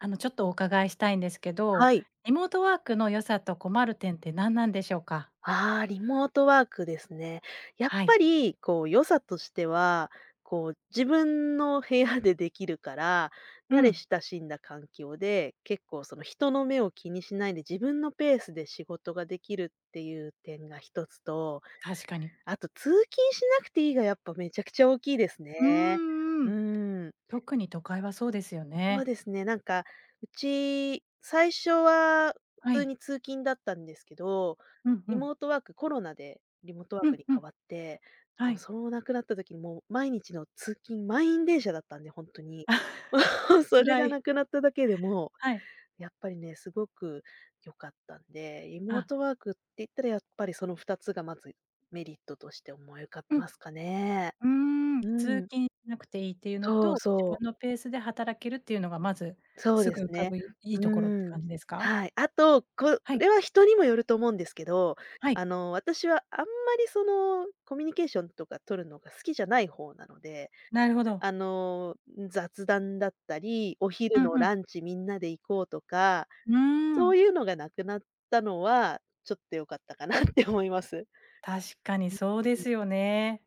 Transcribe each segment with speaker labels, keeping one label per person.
Speaker 1: あの、ちょっとお伺いしたいんですけど、
Speaker 2: はい。
Speaker 1: リモートワークの良さと困る点って何なんでしょうか？
Speaker 2: ああ、リモートワークですね。やっ
Speaker 1: は
Speaker 2: ぱ
Speaker 1: い。
Speaker 2: り、良さとしては、自分の部屋でできるから、
Speaker 1: う
Speaker 2: 慣れ
Speaker 1: ん、
Speaker 2: 親しんだ環境で、結構その人の目を気にしないで自分のペースで仕事ができるっていう点が一つと、
Speaker 1: 確かに。
Speaker 2: あと通勤しなくていいがやっぱめちゃくちゃ大きいです
Speaker 1: うー
Speaker 2: ね。
Speaker 1: ん、う
Speaker 2: う
Speaker 1: ん。
Speaker 2: ん。
Speaker 1: 特に都会はそうですよ
Speaker 2: そう
Speaker 1: ね。
Speaker 2: ですね、なんか、うち、最初は
Speaker 1: は
Speaker 2: 普通
Speaker 1: い。
Speaker 2: に通勤だったんですけど、
Speaker 1: うんう
Speaker 2: リ
Speaker 1: ん。
Speaker 2: モートワークコロナでリモートワー
Speaker 1: う
Speaker 2: ク
Speaker 1: ん
Speaker 2: に
Speaker 1: う
Speaker 2: 変
Speaker 1: ん。
Speaker 2: わって、
Speaker 1: はい。
Speaker 2: そのなくなった時にもう毎日の通勤、満員電車だったんで、本当に。もう
Speaker 1: あ、
Speaker 2: それ
Speaker 1: 辛
Speaker 2: がな
Speaker 1: い。
Speaker 2: くなっただけでも、
Speaker 1: はい。
Speaker 2: やっぱりね、すごく良かったんで、リモー
Speaker 1: あ、
Speaker 2: トワークって言ったらやっぱりその2つがまずメリットとして思い浮かび
Speaker 1: う
Speaker 2: ますかね。
Speaker 1: ん。うーん、
Speaker 2: う
Speaker 1: 通
Speaker 2: ん、
Speaker 1: 勤しなくていいっていうの
Speaker 2: そう
Speaker 1: と、自
Speaker 2: そ
Speaker 1: 分
Speaker 2: う。
Speaker 1: のペースで働けるっていうのがまず、
Speaker 2: そう
Speaker 1: す
Speaker 2: で
Speaker 1: ぐ
Speaker 2: す
Speaker 1: 浮か
Speaker 2: ね。
Speaker 1: ぶいい
Speaker 2: う
Speaker 1: ところって
Speaker 2: ん。
Speaker 1: 感じですか？
Speaker 2: はい。あと、こ
Speaker 1: はい、
Speaker 2: れは人にもよると思うんですけど、
Speaker 1: はい、
Speaker 2: 私はあんまりその、コミュニケーションとか取るのが好きじゃない方なので、
Speaker 1: なるほど。
Speaker 2: あの、雑談だったり、お
Speaker 1: う
Speaker 2: 昼の
Speaker 1: んうん。
Speaker 2: ランチみんなで行こうとか、
Speaker 1: うー
Speaker 2: そ
Speaker 1: ん、
Speaker 2: ういうのがなくなったのは、ちょっと良かったかなって思います。
Speaker 1: 確かにそうで
Speaker 2: うん。
Speaker 1: すよね。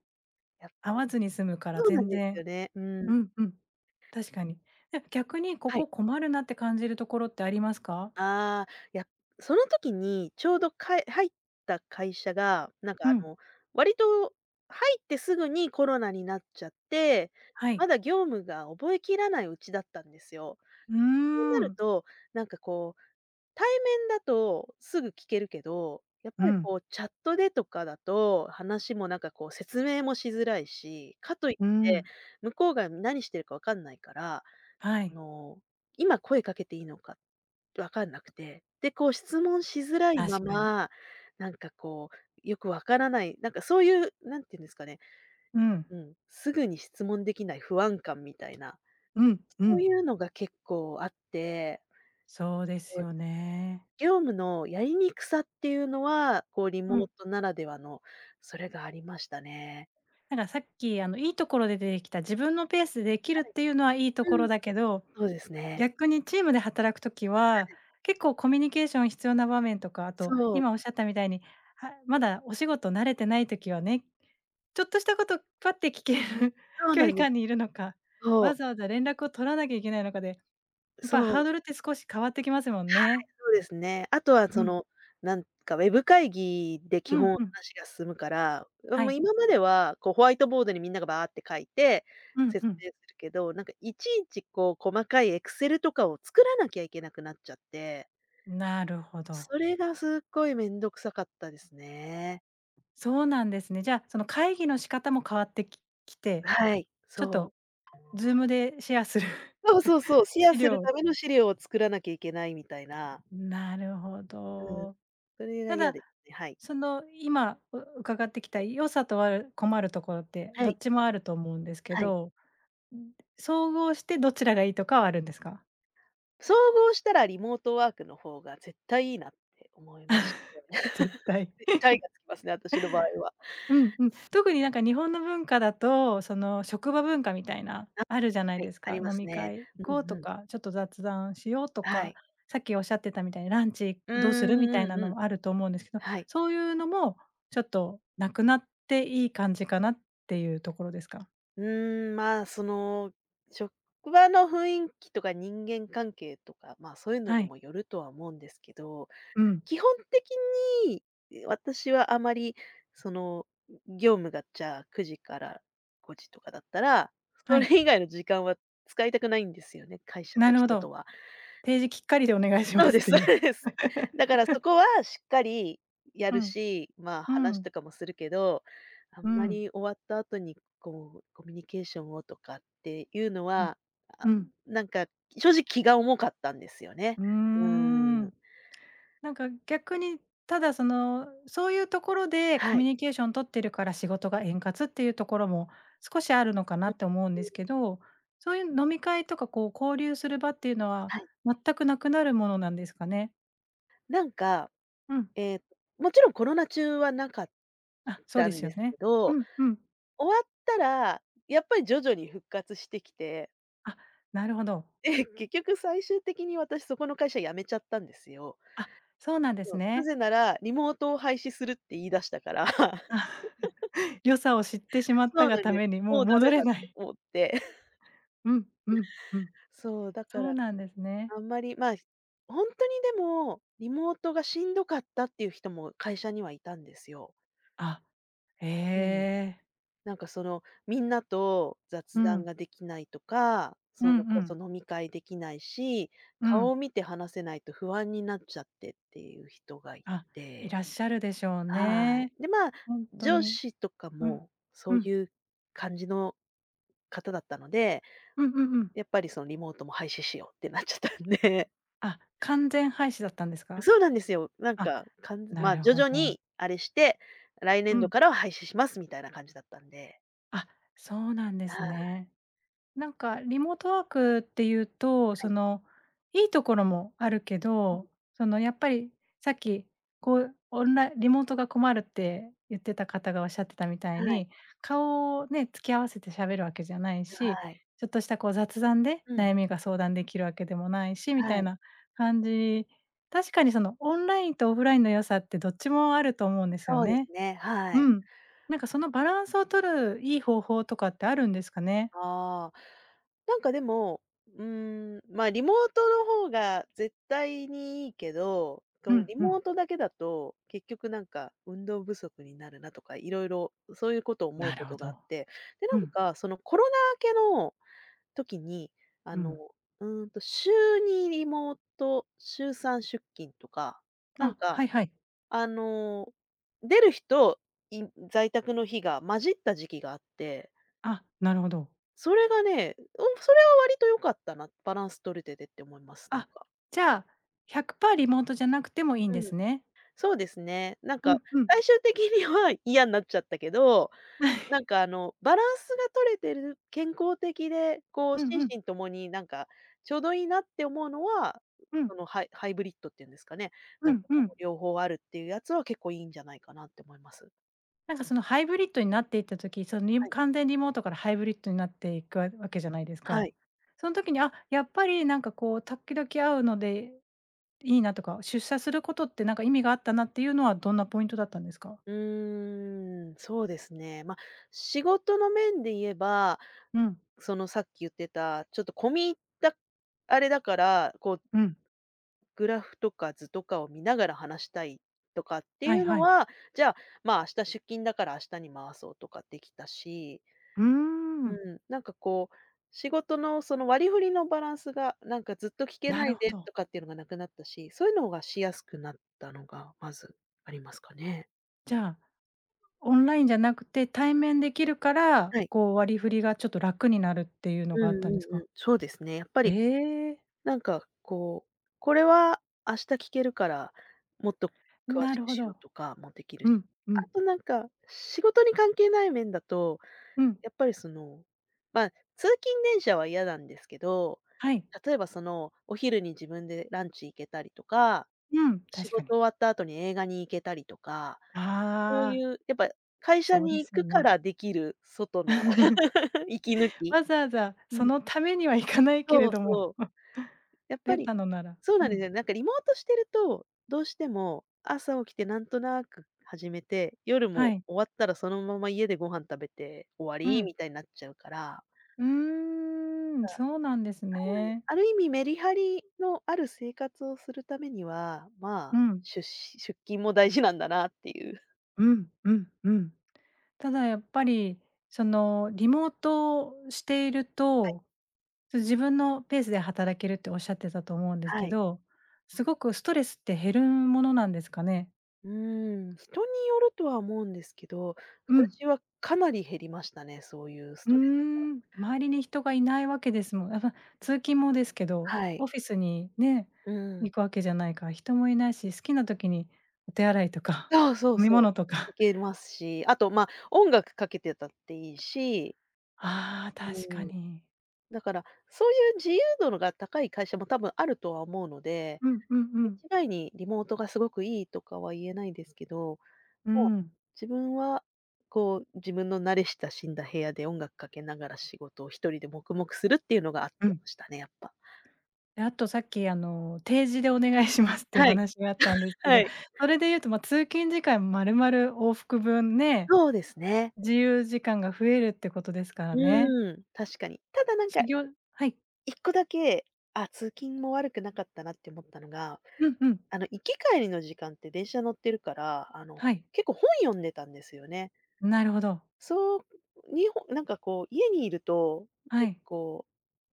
Speaker 2: や
Speaker 1: 会わずに済むから
Speaker 2: そうな
Speaker 1: 全
Speaker 2: んですよ
Speaker 1: 然。
Speaker 2: ね。うん。
Speaker 1: うんうん。確かに。え、逆にこ
Speaker 2: はい。
Speaker 1: こ困るなって感じるところってありますか？
Speaker 2: ああ、いやその時にちょうど入った会社が、なんか
Speaker 1: うん。
Speaker 2: 割と入ってすぐにコロナになっちゃって、
Speaker 1: はい。
Speaker 2: まだ業務が覚えきらないうちだったんですよ。
Speaker 1: うー
Speaker 2: そうなる
Speaker 1: ん。
Speaker 2: と、なんかこう対面だとすぐ聞けるけど、やっ
Speaker 1: う
Speaker 2: ぱり
Speaker 1: ん、
Speaker 2: こうチャットでとかだと、話もなんかこう説明もしづらいし、かとい
Speaker 1: う
Speaker 2: って
Speaker 1: ん。
Speaker 2: 向こうが何してるかわかんないから、
Speaker 1: は
Speaker 2: あ
Speaker 1: い、
Speaker 2: の、今声かけていいのかわかんなくて、で、こう質問しづらいま
Speaker 1: 確かに。
Speaker 2: ま、なんかこう、よくわからない、なんかそういう、なんていうんですかね、
Speaker 1: うん。
Speaker 2: うん、すぐに質問できない不安感みたいな、
Speaker 1: うん、う
Speaker 2: そう
Speaker 1: ん。
Speaker 2: いうのが結構あって。
Speaker 1: そうですよね。
Speaker 2: 業務のやりにくさっていうのは、こうリモ
Speaker 1: う
Speaker 2: ー
Speaker 1: ん。
Speaker 2: トならではの、それがありましたね。
Speaker 1: なんかさっきいいところで出てきた自分のペースでできるっていうのはいいとこ
Speaker 2: う
Speaker 1: ろ
Speaker 2: ん。
Speaker 1: だけど、
Speaker 2: そうですね。
Speaker 1: 逆にチームで働くときは、結構コミュニケーション必要な場面とか、あと
Speaker 2: そう、
Speaker 1: 今おっしゃったみたいに、はまだお仕事慣れてないときはね、ちょっとしたことパッて聞ける。
Speaker 2: そう
Speaker 1: 距
Speaker 2: な
Speaker 1: 離
Speaker 2: んです。
Speaker 1: 感にいるのか、わ
Speaker 2: そ
Speaker 1: ざわざ連絡を取らなきゃいけないのかで、や
Speaker 2: う、
Speaker 1: っぱ
Speaker 2: そ
Speaker 1: ハー
Speaker 2: う、
Speaker 1: ドルって少し変わってきますもんね。
Speaker 2: そうですね。あとは
Speaker 1: う
Speaker 2: そ
Speaker 1: ん。
Speaker 2: の、なんかウェブ会議で基
Speaker 1: う
Speaker 2: 本
Speaker 1: んうん。
Speaker 2: 話が進むから、うん、
Speaker 1: は
Speaker 2: もう
Speaker 1: い。
Speaker 2: 今まではこうホワイトボードにみんながバーって書いて、
Speaker 1: うん
Speaker 2: 説
Speaker 1: うん。
Speaker 2: 明するけど、なんかいちいちこう細かいエクセルとかを作らなきゃいけなくなっちゃって、
Speaker 1: なるほど。
Speaker 2: それがすっごいめんどくさかったですね。
Speaker 1: そうなんですね。じゃあ、その会議の仕方も変わってきて、
Speaker 2: はい、
Speaker 1: ちょっ
Speaker 2: そう。
Speaker 1: と Zoom でシェアする。
Speaker 2: そう、シェア
Speaker 1: 資
Speaker 2: する
Speaker 1: 料、
Speaker 2: ための資料を作らなきゃいけないみたいな。
Speaker 1: なるほ
Speaker 2: うん。
Speaker 1: ど。
Speaker 2: それが
Speaker 1: た
Speaker 2: 嫌
Speaker 1: だ、
Speaker 2: ですね、はい。
Speaker 1: その、今、伺ってきた良さと困るところって、
Speaker 2: は
Speaker 1: ど
Speaker 2: い、
Speaker 1: っちもあると思うんですけ
Speaker 2: はい。
Speaker 1: ど、うん、総合してどちらがいいとかはあるんですか？
Speaker 2: 総合したらリモートワークの方が絶対いいなって思いまして。
Speaker 1: 絶 対。
Speaker 2: 絶対がつきますね、私の場合は。
Speaker 1: うんうん。特になんか日本の文化だと、その、職場文化みたいな、あるじゃな
Speaker 2: は
Speaker 1: い
Speaker 2: い、
Speaker 1: です
Speaker 2: あ
Speaker 1: か。
Speaker 2: りま
Speaker 1: 飲
Speaker 2: す
Speaker 1: み
Speaker 2: ね。
Speaker 1: 会行
Speaker 2: う
Speaker 1: こう
Speaker 2: ん
Speaker 1: と
Speaker 2: うん。
Speaker 1: か、ちょっと雑談しようと
Speaker 2: は
Speaker 1: か、
Speaker 2: い。
Speaker 1: さっきおっしゃってたみたいにランチ
Speaker 2: うー
Speaker 1: どうするみ
Speaker 2: ん
Speaker 1: たい
Speaker 2: うん
Speaker 1: な
Speaker 2: う
Speaker 1: の
Speaker 2: ん。
Speaker 1: もあると思うんですけど、
Speaker 2: はい。
Speaker 1: そういうのもちょっとなくなっていい感じかなっていうところですか？
Speaker 2: うーん、まあ、その、職場の雰囲気とか人間関係とか、まあ、そういうの
Speaker 1: は
Speaker 2: に
Speaker 1: い。
Speaker 2: もよるとは思うんですけど、
Speaker 1: うん。
Speaker 2: 基本的に、え、私はあまり、その、業務がじゃあ9時から5時とかだったら、
Speaker 1: は
Speaker 2: そ
Speaker 1: い。
Speaker 2: れ以外の時間は使いたくないんですよね、会社
Speaker 1: な
Speaker 2: の
Speaker 1: るほ
Speaker 2: 人
Speaker 1: ど。
Speaker 2: とは。
Speaker 1: 提示きっかりでお願いしま
Speaker 2: そう
Speaker 1: すっ
Speaker 2: です
Speaker 1: て
Speaker 2: そ
Speaker 1: いう。
Speaker 2: うです。だからそ こはしっかりや
Speaker 1: う
Speaker 2: る
Speaker 1: ん、
Speaker 2: し、まあ、
Speaker 1: う
Speaker 2: 話
Speaker 1: ん、
Speaker 2: とかもするけど、あん
Speaker 1: う
Speaker 2: ま
Speaker 1: ん、
Speaker 2: り終わった後に、こう、コミュニケーションをとかっていうの
Speaker 1: うん、
Speaker 2: は、あ、
Speaker 1: うん。
Speaker 2: なんか正直気が重かったんですよね。
Speaker 1: うー
Speaker 2: うーん。
Speaker 1: ん。なんか逆に、ただその、そういうところでコ
Speaker 2: は
Speaker 1: ミ
Speaker 2: い。
Speaker 1: ュニケーション取ってるから仕事が円滑っていうところも少しあるのかなって思うん
Speaker 2: う
Speaker 1: で
Speaker 2: ん、
Speaker 1: すけど、そういう飲み会とかこう交流する場っていうのは
Speaker 2: はい。
Speaker 1: 全くなくなるものなんですかね？
Speaker 2: なんか
Speaker 1: うん。
Speaker 2: ええと、もちろんコロナ中はなかっ
Speaker 1: あ、そう
Speaker 2: た
Speaker 1: で
Speaker 2: ん
Speaker 1: す
Speaker 2: で
Speaker 1: よ
Speaker 2: すけ
Speaker 1: ね。
Speaker 2: ど、
Speaker 1: うん、うん。
Speaker 2: 終わったら、やっぱり徐々に復活してきて、
Speaker 1: あ、なるほど。
Speaker 2: ええ結局最終的に私そこの会社辞めちゃったんですよ。
Speaker 1: あ、そうなんで
Speaker 2: そ
Speaker 1: す
Speaker 2: う、な
Speaker 1: ね。
Speaker 2: ぜなら、リモートを廃止するって言い出したから、
Speaker 1: あ、良さを知ってしまっ
Speaker 2: そ
Speaker 1: た
Speaker 2: う
Speaker 1: が
Speaker 2: なん
Speaker 1: た
Speaker 2: です。
Speaker 1: めに、も
Speaker 2: も
Speaker 1: う
Speaker 2: うダ
Speaker 1: 戻
Speaker 2: メ
Speaker 1: れ
Speaker 2: だっ
Speaker 1: な
Speaker 2: て
Speaker 1: い。
Speaker 2: 思って。
Speaker 1: うん、うん、う ん。
Speaker 2: そう、だか
Speaker 1: そう
Speaker 2: ら
Speaker 1: なんですね。
Speaker 2: あんまり、まあ、ほんとにでも、リモートがしんどかったっていう人も会社にはいたんですよ。
Speaker 1: あ、へ
Speaker 2: うん。
Speaker 1: え。
Speaker 2: なんかその、みんなと雑
Speaker 1: う
Speaker 2: 談
Speaker 1: ん。
Speaker 2: ができないとか、
Speaker 1: う
Speaker 2: そ
Speaker 1: んう
Speaker 2: のこそ
Speaker 1: ん。
Speaker 2: 飲み会できないし、
Speaker 1: う
Speaker 2: 顔
Speaker 1: ん。
Speaker 2: を見て話せないと不安になっちゃってっていう人がい
Speaker 1: あ、い
Speaker 2: て、
Speaker 1: らっしゃるでしょう
Speaker 2: はい。
Speaker 1: ね。
Speaker 2: で、まあ、
Speaker 1: ほんと
Speaker 2: 上
Speaker 1: に。
Speaker 2: 司とか
Speaker 1: うん。
Speaker 2: もそ
Speaker 1: う
Speaker 2: う
Speaker 1: ん。
Speaker 2: いう感じの方だったので、
Speaker 1: うんうんうん。
Speaker 2: やっぱりそのリモートも廃止しようってなっちゃったんで。
Speaker 1: あ、完全廃止だったんです か？
Speaker 2: そうなんですよ。なん
Speaker 1: あ、
Speaker 2: か、かん
Speaker 1: な
Speaker 2: まあ、
Speaker 1: る
Speaker 2: 徐
Speaker 1: ほ
Speaker 2: 々
Speaker 1: ど。
Speaker 2: にあれして、来
Speaker 1: う
Speaker 2: 年度
Speaker 1: ん。
Speaker 2: からは廃止しますみたいな感じだったんで。
Speaker 1: あ、そうなんで
Speaker 2: は
Speaker 1: す
Speaker 2: い
Speaker 1: ね。なんかリモートワークっていうと、
Speaker 2: は
Speaker 1: そ
Speaker 2: い。
Speaker 1: の、いいところもあるけど、そのやっぱりさっき、こうオンライン、リモートが困るって言ってた方がおっしゃってたみたい
Speaker 2: はい、
Speaker 1: に、顔をね、突き合わせて喋るわけじゃないし、
Speaker 2: はい。
Speaker 1: ちょっとしたこう雑談で
Speaker 2: うん。
Speaker 1: 悩みが相談できるわけでもないしみた
Speaker 2: は
Speaker 1: い
Speaker 2: い、
Speaker 1: な感じ、確かにそのオンラインとオフラインの良さってどっちもあると思うんですよ
Speaker 2: そうで
Speaker 1: ね。
Speaker 2: すね、は
Speaker 1: う
Speaker 2: い。
Speaker 1: ん。なんかそのバランスを取るいい方法とかってあるんですかね？
Speaker 2: ああ、なんかでも、うーん、ま、リモートの方が絶対にいいけど、こ
Speaker 1: う
Speaker 2: の
Speaker 1: ん
Speaker 2: リ
Speaker 1: う
Speaker 2: モ
Speaker 1: ん。
Speaker 2: ートだけだと、結局なんか運動不足になるなとか、いろいろそういうことを思う
Speaker 1: な
Speaker 2: こ
Speaker 1: るほ
Speaker 2: とがあっ
Speaker 1: ど。
Speaker 2: て、で、な
Speaker 1: う
Speaker 2: ん
Speaker 1: ん、
Speaker 2: かそのコロナ明けの時に、あ
Speaker 1: う
Speaker 2: の、
Speaker 1: ん。
Speaker 2: うーんと、週2リモート、週3出勤とか、なん
Speaker 1: あ、
Speaker 2: か
Speaker 1: はいはい。
Speaker 2: あの、出る日と、い在宅の日が混じった時期があって、
Speaker 1: あ、なるほど。
Speaker 2: それがね、うん、それは割と良かったな、バランス取れててって思います、なん
Speaker 1: あ、
Speaker 2: か。
Speaker 1: じゃあ、100%リモートじゃなくてもいいん
Speaker 2: う
Speaker 1: で
Speaker 2: ん、
Speaker 1: すね。
Speaker 2: そうですね。なん
Speaker 1: う
Speaker 2: か
Speaker 1: んうん。
Speaker 2: 最終的には嫌になっちゃったけど、なん かあの、バランスが取れてる、健康的で、こう
Speaker 1: う
Speaker 2: 心
Speaker 1: んうん。
Speaker 2: 身ともになんかちょうどいいなって思うのは、
Speaker 1: うん
Speaker 2: そのハイブリッドっていうんですかね、な
Speaker 1: う
Speaker 2: んか
Speaker 1: んう
Speaker 2: こ
Speaker 1: ん。
Speaker 2: う両方あるっていうやつは結構いいんじゃないかなって思います。
Speaker 1: なんかそのハイブリッドになっていった時、その
Speaker 2: はい。
Speaker 1: 完全リモートからハイブリッドになっていくわけじゃないです
Speaker 2: は
Speaker 1: か。
Speaker 2: い。
Speaker 1: その時に、あ、やっぱりなんかこう時々会うのでいいなとか、出社することってなんか意味があったなっていうのはどんなポイントだったんですか？
Speaker 2: うーん、そうですね。まあ、仕事の面で言えば、
Speaker 1: うん、
Speaker 2: そのさっき言ってた、ちょっと込み入ったあれだから、こう
Speaker 1: うん。
Speaker 2: グラフとか図とかを見ながら話したいとかってい
Speaker 1: はい
Speaker 2: うの
Speaker 1: はい。
Speaker 2: は、じゃあ、まあ、明日出勤だから明日に回そうとかできたし、
Speaker 1: うー
Speaker 2: う
Speaker 1: ん。
Speaker 2: ん、なんかこう、仕事のその割り振りのバランスが、なんかずっと聞け
Speaker 1: な
Speaker 2: ない
Speaker 1: るほ
Speaker 2: でと
Speaker 1: ど。
Speaker 2: かっていうのがなくなったし、そういうのがしやすくなったのがまずありますかね。
Speaker 1: じゃあ、オンラインじゃなくて、対面できるから、
Speaker 2: はい。
Speaker 1: こう割り振りがちょっと楽になるっていうの
Speaker 2: う
Speaker 1: があったん
Speaker 2: んう
Speaker 1: です
Speaker 2: んう
Speaker 1: か？
Speaker 2: ん。そうですね。やっぱ
Speaker 1: え
Speaker 2: り
Speaker 1: え、
Speaker 2: なんかこう、これは明日聞けるから、もっと詳
Speaker 1: な
Speaker 2: し
Speaker 1: る
Speaker 2: く
Speaker 1: ほ
Speaker 2: しよう
Speaker 1: ど。
Speaker 2: とかもできる
Speaker 1: う
Speaker 2: し。
Speaker 1: ん、う
Speaker 2: あ
Speaker 1: ん、
Speaker 2: となんか、仕事に関係ない面だと、
Speaker 1: うん、
Speaker 2: やっぱりその、まあ、通勤電車は嫌なんですけど、
Speaker 1: はい。
Speaker 2: 例えばその、お昼に自分でランチ行けたりとか、
Speaker 1: うん、
Speaker 2: 仕
Speaker 1: 確か
Speaker 2: 事
Speaker 1: に。
Speaker 2: 終わった後に映画に行けたりとか、
Speaker 1: あ
Speaker 2: そうい
Speaker 1: あ、
Speaker 2: うやっぱ会社
Speaker 1: そうで
Speaker 2: に行
Speaker 1: すよ
Speaker 2: くか
Speaker 1: ね。
Speaker 2: らできる外の 息抜き。
Speaker 1: わざわざ
Speaker 2: う
Speaker 1: そ
Speaker 2: ん、
Speaker 1: のためには行かないけ
Speaker 2: そ
Speaker 1: れ
Speaker 2: う
Speaker 1: ども、
Speaker 2: そう。やっぱ
Speaker 1: 出
Speaker 2: り
Speaker 1: たのなら
Speaker 2: そう
Speaker 1: う
Speaker 2: なんです
Speaker 1: ん、
Speaker 2: よ。なんかリモートしてると、どうしても朝起きてなんとなく始めて、夜
Speaker 1: は
Speaker 2: も
Speaker 1: い、
Speaker 2: 終わったらそのまま家でご飯食べて終わ
Speaker 1: う
Speaker 2: り
Speaker 1: ん。
Speaker 2: みたいになっちゃうから、
Speaker 1: うーん、そうなんですね。
Speaker 2: ある意味メリハリのある生活をするためには、ま
Speaker 1: う
Speaker 2: あ、
Speaker 1: ん、
Speaker 2: 出勤も大事なんだなっていう。
Speaker 1: うん、うん、うん。ただやっぱり、そのリモートをしている
Speaker 2: はい。
Speaker 1: と自分のペースで働けるっておっしゃってたと思うんです
Speaker 2: は
Speaker 1: け
Speaker 2: い。
Speaker 1: ど、すごくストレスって減るものなんですかね？
Speaker 2: うーん、人によるとは思うんですけど、
Speaker 1: うん。
Speaker 2: 私はかなり減りましたね、そういうス
Speaker 1: うー
Speaker 2: トレス。
Speaker 1: ん、周りに人がいないわけですもん。やっぱ、通勤もですけど、
Speaker 2: はい。
Speaker 1: オフィスにね、
Speaker 2: うん。
Speaker 1: 行くわけじゃないから、人もいないし、好きな時にお手洗いとか、
Speaker 2: そうそう
Speaker 1: 飲み
Speaker 2: そ
Speaker 1: 物と
Speaker 2: う。い
Speaker 1: か。
Speaker 2: けますし、あと、まあ、音楽かけてたっていいし、
Speaker 1: ああ、確か
Speaker 2: うん、
Speaker 1: に。
Speaker 2: だから、そういう自由度のが高い会社も多分あるとは思うので、
Speaker 1: うんうんうん。
Speaker 2: 一概にリモートがすごくいいとかは言えないんですけど、
Speaker 1: う
Speaker 2: まあ、
Speaker 1: ん。
Speaker 2: 自分は、こう、自分の慣れ親しんだ部屋で音楽かけながら仕事を一人で黙々するっていうのがあっ
Speaker 1: う
Speaker 2: て
Speaker 1: ん。
Speaker 2: ましたね、やっぱ。
Speaker 1: で、あとさっきあの、定時でお願いしますっていうお
Speaker 2: はい、
Speaker 1: 話があったんですけ
Speaker 2: は
Speaker 1: ど、
Speaker 2: い。
Speaker 1: それで言うと、ま、通勤時間丸々往復分ね、
Speaker 2: そうですね。
Speaker 1: 自由時間が増えるってことですからね。
Speaker 2: うん、確かに。ただなん
Speaker 1: し
Speaker 2: か
Speaker 1: ぎょはい。
Speaker 2: 1個だけ、あ、通勤も悪くなかったなって思ったのが、
Speaker 1: うんうん。
Speaker 2: あの、行き帰りの時間って電車乗ってるから、あの、
Speaker 1: はい。
Speaker 2: 結構本読んでたんですよね。
Speaker 1: なるほど。
Speaker 2: そう、なんかこう、家にいると、な
Speaker 1: は
Speaker 2: んか
Speaker 1: い。
Speaker 2: こ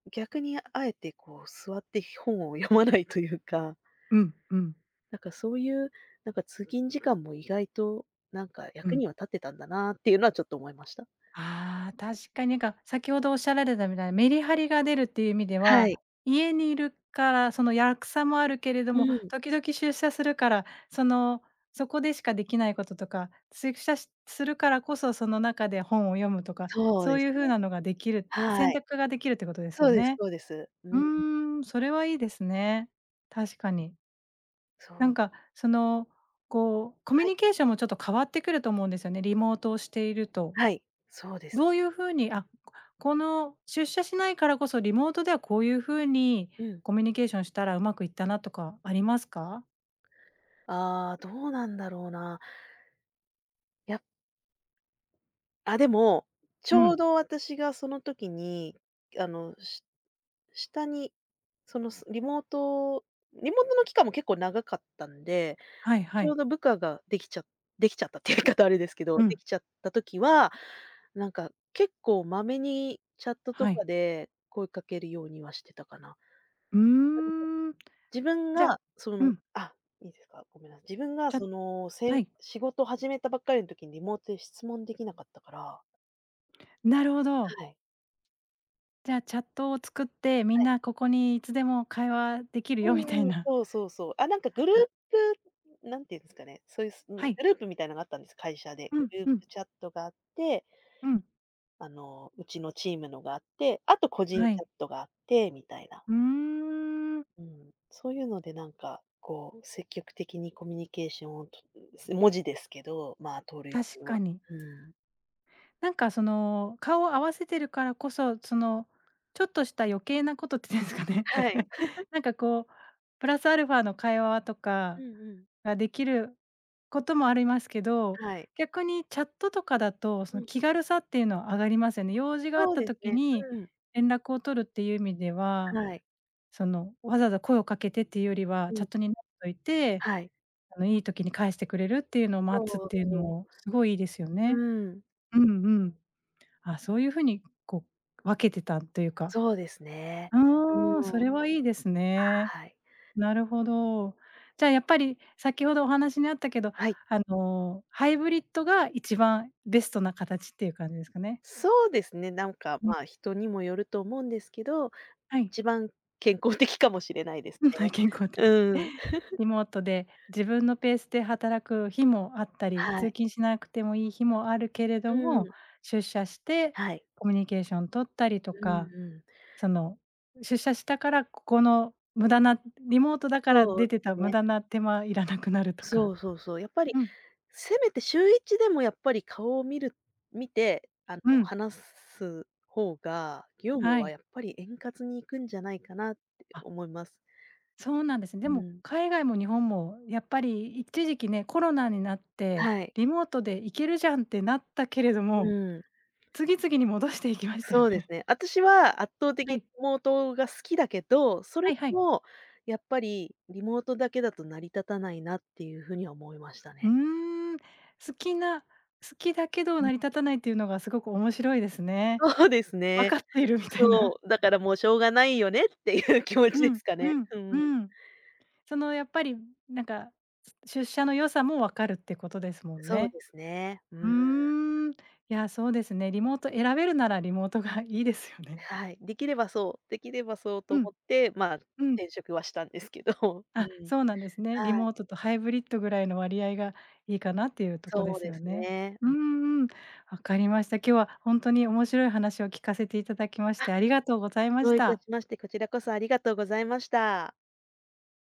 Speaker 2: う、逆にあえてこう座って本を読まないというか、
Speaker 1: うんうん。
Speaker 2: なんかそういう、なんか通勤時間も意外と、なんか
Speaker 1: う
Speaker 2: 役
Speaker 1: ん。
Speaker 2: には立ってたんだなっていうのはちょっと思いました。
Speaker 1: ああ、確かに、なんか、先ほどおっしゃられたみたいなメリハリが出るっていう意味で
Speaker 2: は
Speaker 1: は、
Speaker 2: い。
Speaker 1: 家にいるから、その、役さもあるけれど
Speaker 2: う
Speaker 1: も、
Speaker 2: ん。
Speaker 1: 時々出社するから、その、そこでしかできないこととか、出社するからこそ、その中で本を読むとか、
Speaker 2: そう
Speaker 1: そ
Speaker 2: で
Speaker 1: うい
Speaker 2: す
Speaker 1: う風
Speaker 2: ね。
Speaker 1: なのができる、
Speaker 2: は
Speaker 1: 選
Speaker 2: い。
Speaker 1: 択ができるってことです
Speaker 2: そ
Speaker 1: よ
Speaker 2: うです
Speaker 1: ね。
Speaker 2: そうです。
Speaker 1: う
Speaker 2: うん。
Speaker 1: ーん、それはいいですね。確かに。
Speaker 2: そ
Speaker 1: な
Speaker 2: う。
Speaker 1: んか、その、こう、コミ
Speaker 2: は
Speaker 1: ュ
Speaker 2: い。
Speaker 1: ニケーションもちょっと変わってくると思うんですよね、リモートをしていると。
Speaker 2: はい、そうです。
Speaker 1: どういう風に、あ、この出社しないからこそ、リモートではこういう風に
Speaker 2: うん。
Speaker 1: コミュニケーションしたらうまくいったなとかありますか？
Speaker 2: ああ、どうなんだろうな。やっあ、でも、ち
Speaker 1: う
Speaker 2: ょう
Speaker 1: ん。
Speaker 2: ど私がその時に、あの、下に、その、すリモートリモートの期間も結構長かったんで、
Speaker 1: はいは
Speaker 2: ちょ
Speaker 1: い。
Speaker 2: うど部下ができちゃったっていう言い方あれですけ
Speaker 1: う
Speaker 2: ど、で
Speaker 1: ん。
Speaker 2: きちゃった時は、なんか結構まめにチャットと
Speaker 1: はい。
Speaker 2: かで声かけるようにはしてたかな。
Speaker 1: うーん。
Speaker 2: 自分
Speaker 1: じゃ、
Speaker 2: が、
Speaker 1: うん。
Speaker 2: いいですか、ごめんなさい自分が
Speaker 1: じゃ、
Speaker 2: その、せん
Speaker 1: はい。
Speaker 2: 仕事を始めたばっかりの時にリモートで質問できなかったから、
Speaker 1: なるほど。
Speaker 2: はい、
Speaker 1: じゃあ、チャットを作って、み
Speaker 2: は
Speaker 1: ん
Speaker 2: い。
Speaker 1: なここにいつでも会話できる
Speaker 2: う
Speaker 1: よみた
Speaker 2: ん
Speaker 1: い
Speaker 2: うん、
Speaker 1: な。
Speaker 2: そうそうそう。あ、なんかグルー
Speaker 1: あ、
Speaker 2: プ、なんていうんですかね、そういうすみ
Speaker 1: はい。
Speaker 2: グループみたいなのがあったんです、会社で。
Speaker 1: う
Speaker 2: グ
Speaker 1: ん
Speaker 2: ルー
Speaker 1: うん。
Speaker 2: プチャットがあって、
Speaker 1: うん。
Speaker 2: あの、うちのチームのがあって、あと個人チ
Speaker 1: は
Speaker 2: ャ
Speaker 1: い。
Speaker 2: ットがあってみたいな。
Speaker 1: うーん、
Speaker 2: うん。そういうのでなんか、こう積極的にコミュニケーションを文字ですけど、まあ取るよ
Speaker 1: 確
Speaker 2: うには、
Speaker 1: かに。
Speaker 2: うん。
Speaker 1: なんかその、顔を合わせてるからこそ、その、ちょっとした余計なことって言うんですかね。
Speaker 2: はい。
Speaker 1: なんかこう、プラスアルファの会話と
Speaker 2: う
Speaker 1: か
Speaker 2: んうん。
Speaker 1: ができることもありますけど、
Speaker 2: はい。
Speaker 1: 逆にチャットとかだと、そ
Speaker 2: う
Speaker 1: の
Speaker 2: ん。
Speaker 1: 気軽さっていうのは上がりますよね。用事があっ
Speaker 2: そう
Speaker 1: た
Speaker 2: です
Speaker 1: 時
Speaker 2: ね。
Speaker 1: に
Speaker 2: うん。
Speaker 1: 連絡を取るっていう意味では、
Speaker 2: はい。
Speaker 1: その、わざわざ声をかけてっていうよりは、
Speaker 2: う
Speaker 1: チ
Speaker 2: ん。
Speaker 1: ャットになっといて、
Speaker 2: はい。
Speaker 1: あの、いい時に返してくれるっていうのを待つっ
Speaker 2: そう
Speaker 1: ていう
Speaker 2: そ
Speaker 1: のも
Speaker 2: う。
Speaker 1: すごいいいですよ
Speaker 2: う
Speaker 1: ね。
Speaker 2: ん。
Speaker 1: うんうん。あ、そういう風に、こう、分けてたというか。
Speaker 2: そうですね。
Speaker 1: うーん、そ
Speaker 2: うん。
Speaker 1: れはいいですね。
Speaker 2: はい。
Speaker 1: なるほど。じゃあ、やっぱり先ほどお話にあったけど、
Speaker 2: はい。
Speaker 1: あの、ハイブリッドが一番ベストな形っていう感じですかね。
Speaker 2: そうですね、なんか、
Speaker 1: うん、
Speaker 2: まあ、人にもよると思うんですけど、
Speaker 1: はい。
Speaker 2: 一 番健康的かもしれないです
Speaker 1: うん、はい、
Speaker 2: ね。
Speaker 1: 健康的。
Speaker 2: うん。
Speaker 1: リモートで自分のペースで働く日もあったり、
Speaker 2: は
Speaker 1: 通
Speaker 2: い。
Speaker 1: 勤しなくてもいい日もあるけれ
Speaker 2: う
Speaker 1: ども、
Speaker 2: ん。
Speaker 1: 出社して
Speaker 2: はい。
Speaker 1: コミュニケーション取ったりと
Speaker 2: うん
Speaker 1: か、
Speaker 2: うん。
Speaker 1: その、出社したから、ここの無駄な、リモートだから
Speaker 2: そう
Speaker 1: 出
Speaker 2: で
Speaker 1: てた
Speaker 2: す
Speaker 1: 無
Speaker 2: ね。
Speaker 1: 駄な手間いらなくなるとか。
Speaker 2: そうそうそう。やっぱり
Speaker 1: うん、
Speaker 2: せめて週一でもやっぱり顔を見て、あの、
Speaker 1: うん、
Speaker 2: 話す方が、業務
Speaker 1: は
Speaker 2: は
Speaker 1: い。
Speaker 2: やっぱり円滑に行くんじゃないかなって
Speaker 1: あ、
Speaker 2: 思います。
Speaker 1: そうなんですね。
Speaker 2: う
Speaker 1: でも
Speaker 2: ん。
Speaker 1: 海外も日本もやっぱり一時期ね、コロナになって、
Speaker 2: はい。
Speaker 1: リモートで行けるじゃんってなったけれど
Speaker 2: う
Speaker 1: も、
Speaker 2: ん。
Speaker 1: 次々に戻していきましたよ
Speaker 2: そうです
Speaker 1: ね。
Speaker 2: ね。私は圧倒的に
Speaker 1: は
Speaker 2: リ
Speaker 1: い、
Speaker 2: モートが好きだけど、それ
Speaker 1: はいはい。
Speaker 2: もやっぱりリモートだけだと成り立たないなっていう風には思いました
Speaker 1: うー
Speaker 2: ね。
Speaker 1: ん、好きな、好きだけど
Speaker 2: う
Speaker 1: 成
Speaker 2: ん。
Speaker 1: り立たないっていうのがすごく面白いですね。
Speaker 2: そうです
Speaker 1: 分
Speaker 2: ね。
Speaker 1: かっているみたいな。
Speaker 2: そう、だからもうしょうがないよねっていう気持ち
Speaker 1: う
Speaker 2: で
Speaker 1: ん、
Speaker 2: すかね。
Speaker 1: うん、
Speaker 2: う
Speaker 1: う
Speaker 2: ん。
Speaker 1: ん。そのやっぱりなんか、出社の良さも分かるってことですもん
Speaker 2: そう
Speaker 1: ね。
Speaker 2: ですね。
Speaker 1: う
Speaker 2: うん。
Speaker 1: ーん。いや、そうですね。リモート選べるならリモートが いいですよね。
Speaker 2: はい、できればそう、できればそうと
Speaker 1: う
Speaker 2: 思
Speaker 1: ん、
Speaker 2: って、まあ、
Speaker 1: うん。
Speaker 2: 転職はしたんですけど、う
Speaker 1: あ、
Speaker 2: ん。
Speaker 1: そうなんですね。リ
Speaker 2: はい、
Speaker 1: モートとハイブリッドぐらいの割合がいいかなっていうとこで
Speaker 2: そう
Speaker 1: す
Speaker 2: で
Speaker 1: よ
Speaker 2: す
Speaker 1: ね。
Speaker 2: ね。
Speaker 1: う
Speaker 2: うん、
Speaker 1: んうん。分かりました。今日は本当に面白い話を聞かせていただきまし
Speaker 2: あ、
Speaker 1: てありがとうございま
Speaker 2: ど
Speaker 1: し
Speaker 2: ういた
Speaker 1: た。
Speaker 2: しまして、こちらこそありがとうございました。